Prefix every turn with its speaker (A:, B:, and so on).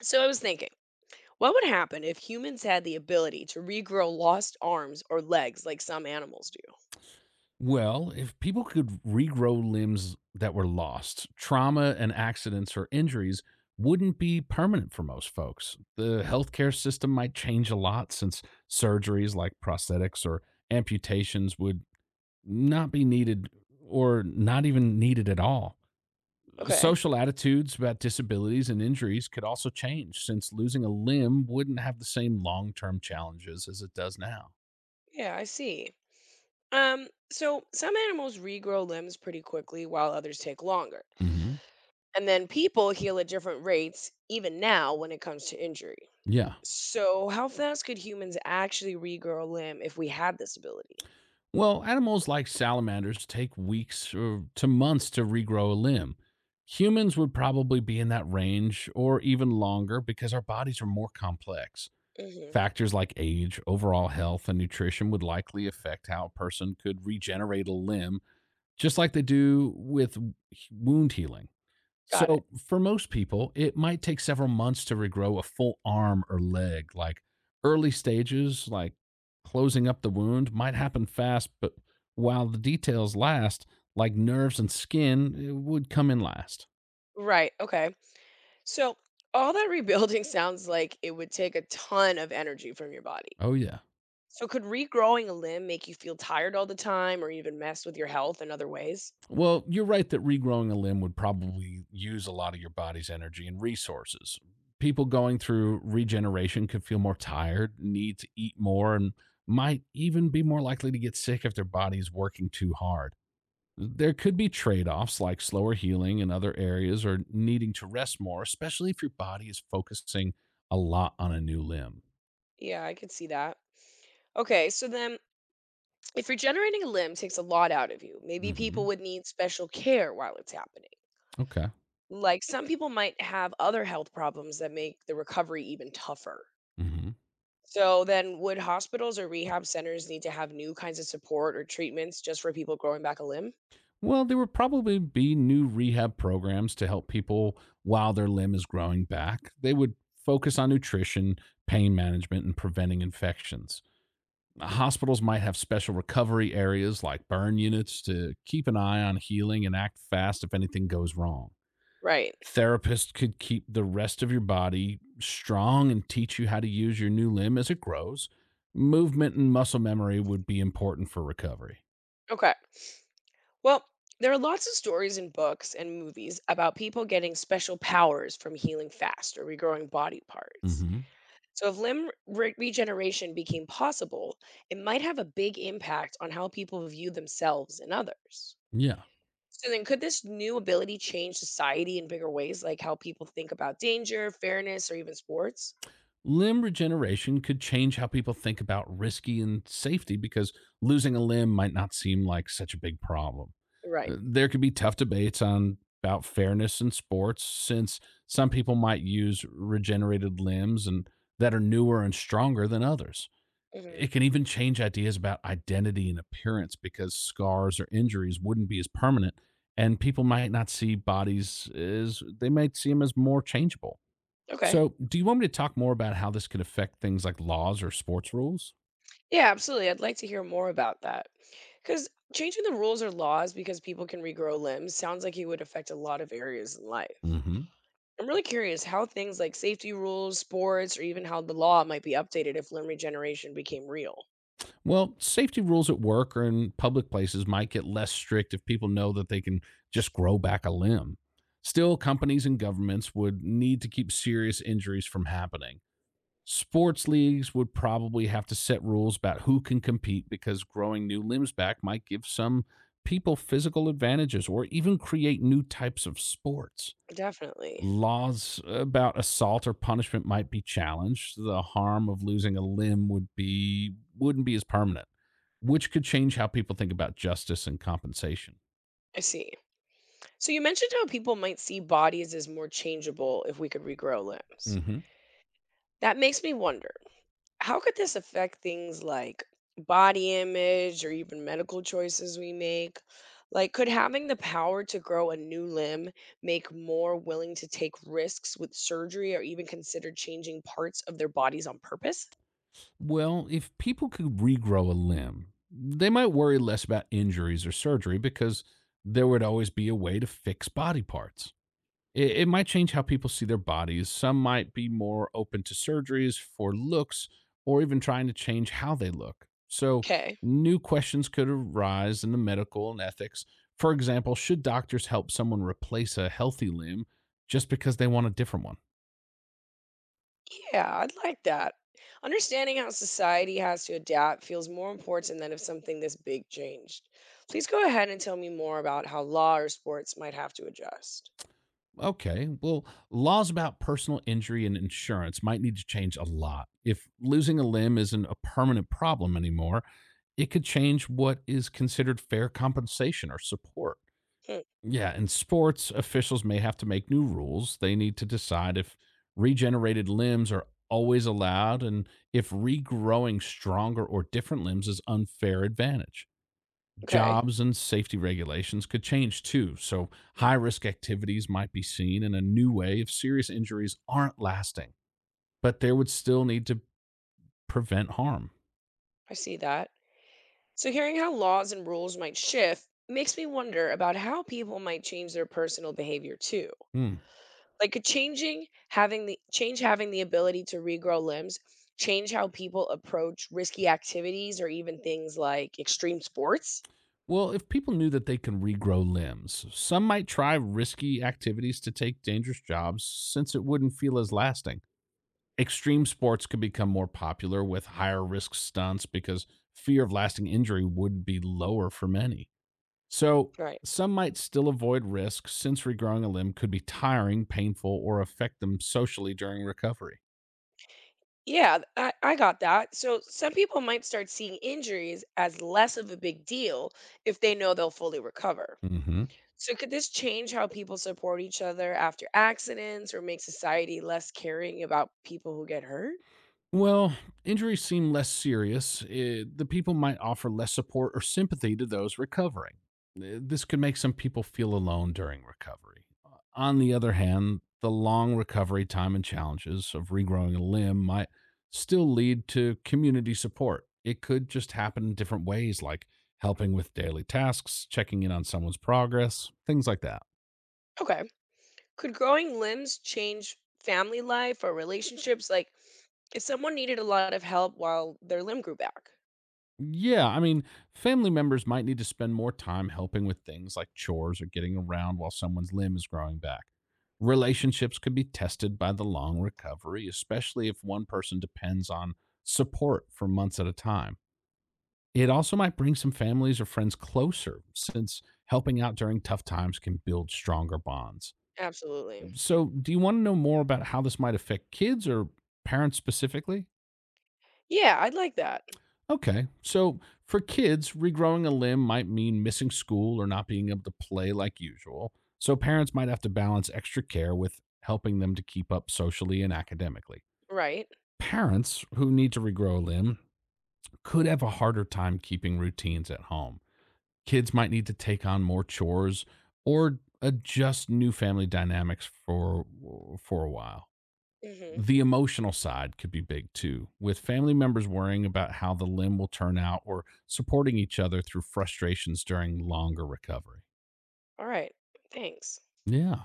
A: So I was thinking, what would happen if humans had the ability to regrow lost arms or legs like some animals do?
B: Well, if people could regrow limbs that were lost, trauma and accidents or injuries wouldn't be permanent for most folks. The healthcare system might change a lot since surgeries like prosthetics or amputations would not be needed or not even needed at all.
A: Okay.
B: Social attitudes about disabilities and injuries could also change since losing a limb wouldn't have the same long term challenges as it does now.
A: Yeah, I see. So some animals regrow limbs pretty quickly while others take longer.
B: Hmm.
A: And then people heal at different rates even now when it comes to injury.
B: Yeah.
A: So how fast could humans actually regrow a limb if we had this ability?
B: Well, animals like salamanders take weeks or to months to regrow a limb. Humans would probably be in that range or even longer because our bodies are more complex.
A: hmm
B: Factors like age, overall health, and nutrition would likely affect how a person could regenerate a limb, just like they do with wound healing.
A: Got it.
B: So, for most people, it might take several months to regrow a full arm or leg. Like early stages, like closing up the wound, might happen fast, but while the details last, like nerves and skin, it would come in last.
A: Right. Okay. So all that rebuilding sounds like it would take a ton of energy from your body.
B: Oh, yeah.
A: So could regrowing a limb make you feel tired all the time or even mess with your health in other ways?
B: Well, you're right that regrowing a limb would probably use a lot of your body's energy and resources. People going through regeneration could feel more tired, need to eat more, and might even be more likely to get sick if their body's working too hard. There could be trade offs like slower healing in other areas or needing to rest more, especially if your body is focusing a lot on a new limb.
A: Yeah, I could see that. Okay, so then if regenerating a limb takes a lot out of you, maybe people
B: Hmm.
A: would need special care while it's happening.
B: Okay.
A: Like some people might have other health problems that make the recovery even tougher.
B: Hmm.
A: So then would hospitals or rehab centers need to have new kinds of support or treatments just for people growing back a limb?
B: Well, there would probably be new rehab programs to help people while their limb is growing back. They would focus on nutrition, pain management, and preventing infections. Hospitals might have special recovery areas like burn units to keep an eye on healing and act fast if anything goes wrong.
A: Right.
B: Therapist could keep the rest of your body strong and teach you how to use your new limb as it grows. Movement and muscle memory would be important for recovery.
A: Okay. Well, there are lots of stories in books and movies about people getting special powers from healing fast or regrowing body parts.
B: Mm-hmm.
A: So, if regeneration became possible, it might have a big impact on how people view themselves and others.
B: Yeah.
A: So, then could this new ability change society in bigger ways, like how people think about danger, fairness, or even sports?
B: Limb regeneration could change how people think about risky and safety because losing a limb might not seem like such a big problem.
A: Right.
B: There could be tough debates on about fairness in sports since some people might use regenerated limbs and that are newer and stronger than others.
A: Hmm.
B: It can even change ideas about identity and appearance because scars or injuries wouldn't be as permanent, and people might not see bodies as they might see them as more changeable.
A: Okay.
B: So, do you want me to talk more about how this could affect things like laws or sports rules?
A: Yeah, absolutely. I'd like to hear more about that. Because changing the rules or laws because people can regrow limbs sounds like it would affect a lot of areas in life.
B: Hmm.
A: I'm really curious how things like safety rules, sports, or even how the law might be updated if limb regeneration became real.
B: Well, safety rules at work or in public places might get less strict if people know that they can just grow back a limb. Still, companies and governments would need to keep serious injuries from happening. Sports leagues would probably have to set rules about who can compete because growing new limbs back might give some people physical advantages or even create new types of sports.
A: Definitely.
B: Laws about assault or punishment might be challenged. The harm of losing a limb wouldn't be as permanent, which could change how people think about justice and compensation.
A: I see. So you mentioned how people might see bodies as more changeable if we could regrow limbs.
B: Mm-hmm.
A: That makes me wonder, how could this affect things like body image or even medical choices we make? Like, could having the power to grow a new limb make more willing to take risks with surgery or even consider changing parts of their bodies on purpose?
B: Well, if people could regrow a limb, they might worry less about injuries or surgery because there would always be a way to fix body parts. It might change how people see their bodies. Some might be more open to surgeries for looks or even trying to change how they look. So,
A: Okay.
B: new questions could arise in the medical and ethics. For example, should doctors help someone replace a healthy limb just because they want a different one?
A: Yeah, I'd like that. Understanding how society has to adapt feels more important than if something this big changed. Please go ahead and tell me more about how law or sports might have to adjust.
B: Okay. Well, laws about personal injury and insurance might need to change a lot. If losing a limb isn't a permanent problem anymore, it could change what is considered fair compensation or support.
A: Hmm.
B: Yeah, in sports, officials may have to make new rules. They need to decide if regenerated limbs are always allowed and if regrowing stronger or different limbs is unfair advantage.
A: Okay,
B: Jobs and safety regulations could change too, so high risk activities might be seen in a new way if serious injuries aren't lasting, but there would still need to prevent harm.
A: I see that. So, hearing how laws and rules might shift makes me wonder about how people might change their personal behavior too.
B: Hmm.
A: Like, could changing having the change having the ability to regrow limbs change how people approach risky activities or even things like extreme sports?
B: Well, if people knew that they can regrow limbs, some might try risky activities to take dangerous jobs since it wouldn't feel as lasting. Extreme sports could become more popular with higher risk stunts because fear of lasting injury would be lower for many. So,
A: Right.
B: some might still avoid risk since regrowing a limb could be tiring, painful, or affect them socially during recovery.
A: Yeah, I got that. So, some people might start seeing injuries as less of a big deal if they know they'll fully recover.
B: Hmm.
A: So could this change how people support each other after accidents or make society less caring about people who get hurt?
B: Well, injuries seem less serious. The people might offer less support or sympathy to those recovering. This could make some people feel alone during recovery. On the other hand, the long recovery time and challenges of regrowing a limb might still lead to community support. It could just happen in different ways, like helping with daily tasks, checking in on someone's progress, things like that.
A: Okay. Could growing limbs change family life or relationships? Like if someone needed a lot of help while their limb grew back.
B: Yeah, I mean, family members might need to spend more time helping with things like chores or getting around while someone's limb is growing back. Relationships could be tested by the long recovery, especially if one person depends on support for months at a time. It also might bring some families or friends closer since helping out during tough times can build stronger bonds.
A: Absolutely.
B: So, do you want to know more about how this might affect kids or parents specifically?
A: Yeah, I'd like that.
B: Okay. So for kids, regrowing a limb might mean missing school or not being able to play like usual. So parents might have to balance extra care with helping them to keep up socially and academically.
A: Right.
B: Parents who need to regrow a limb could have a harder time keeping routines at home. Kids might need to take on more chores or adjust new family dynamics for a while.
A: Hmm.
B: The emotional side could be big too, with family members worrying about how the limb will turn out or supporting each other through frustrations during longer recovery.
A: All right. Thanks.
B: Yeah.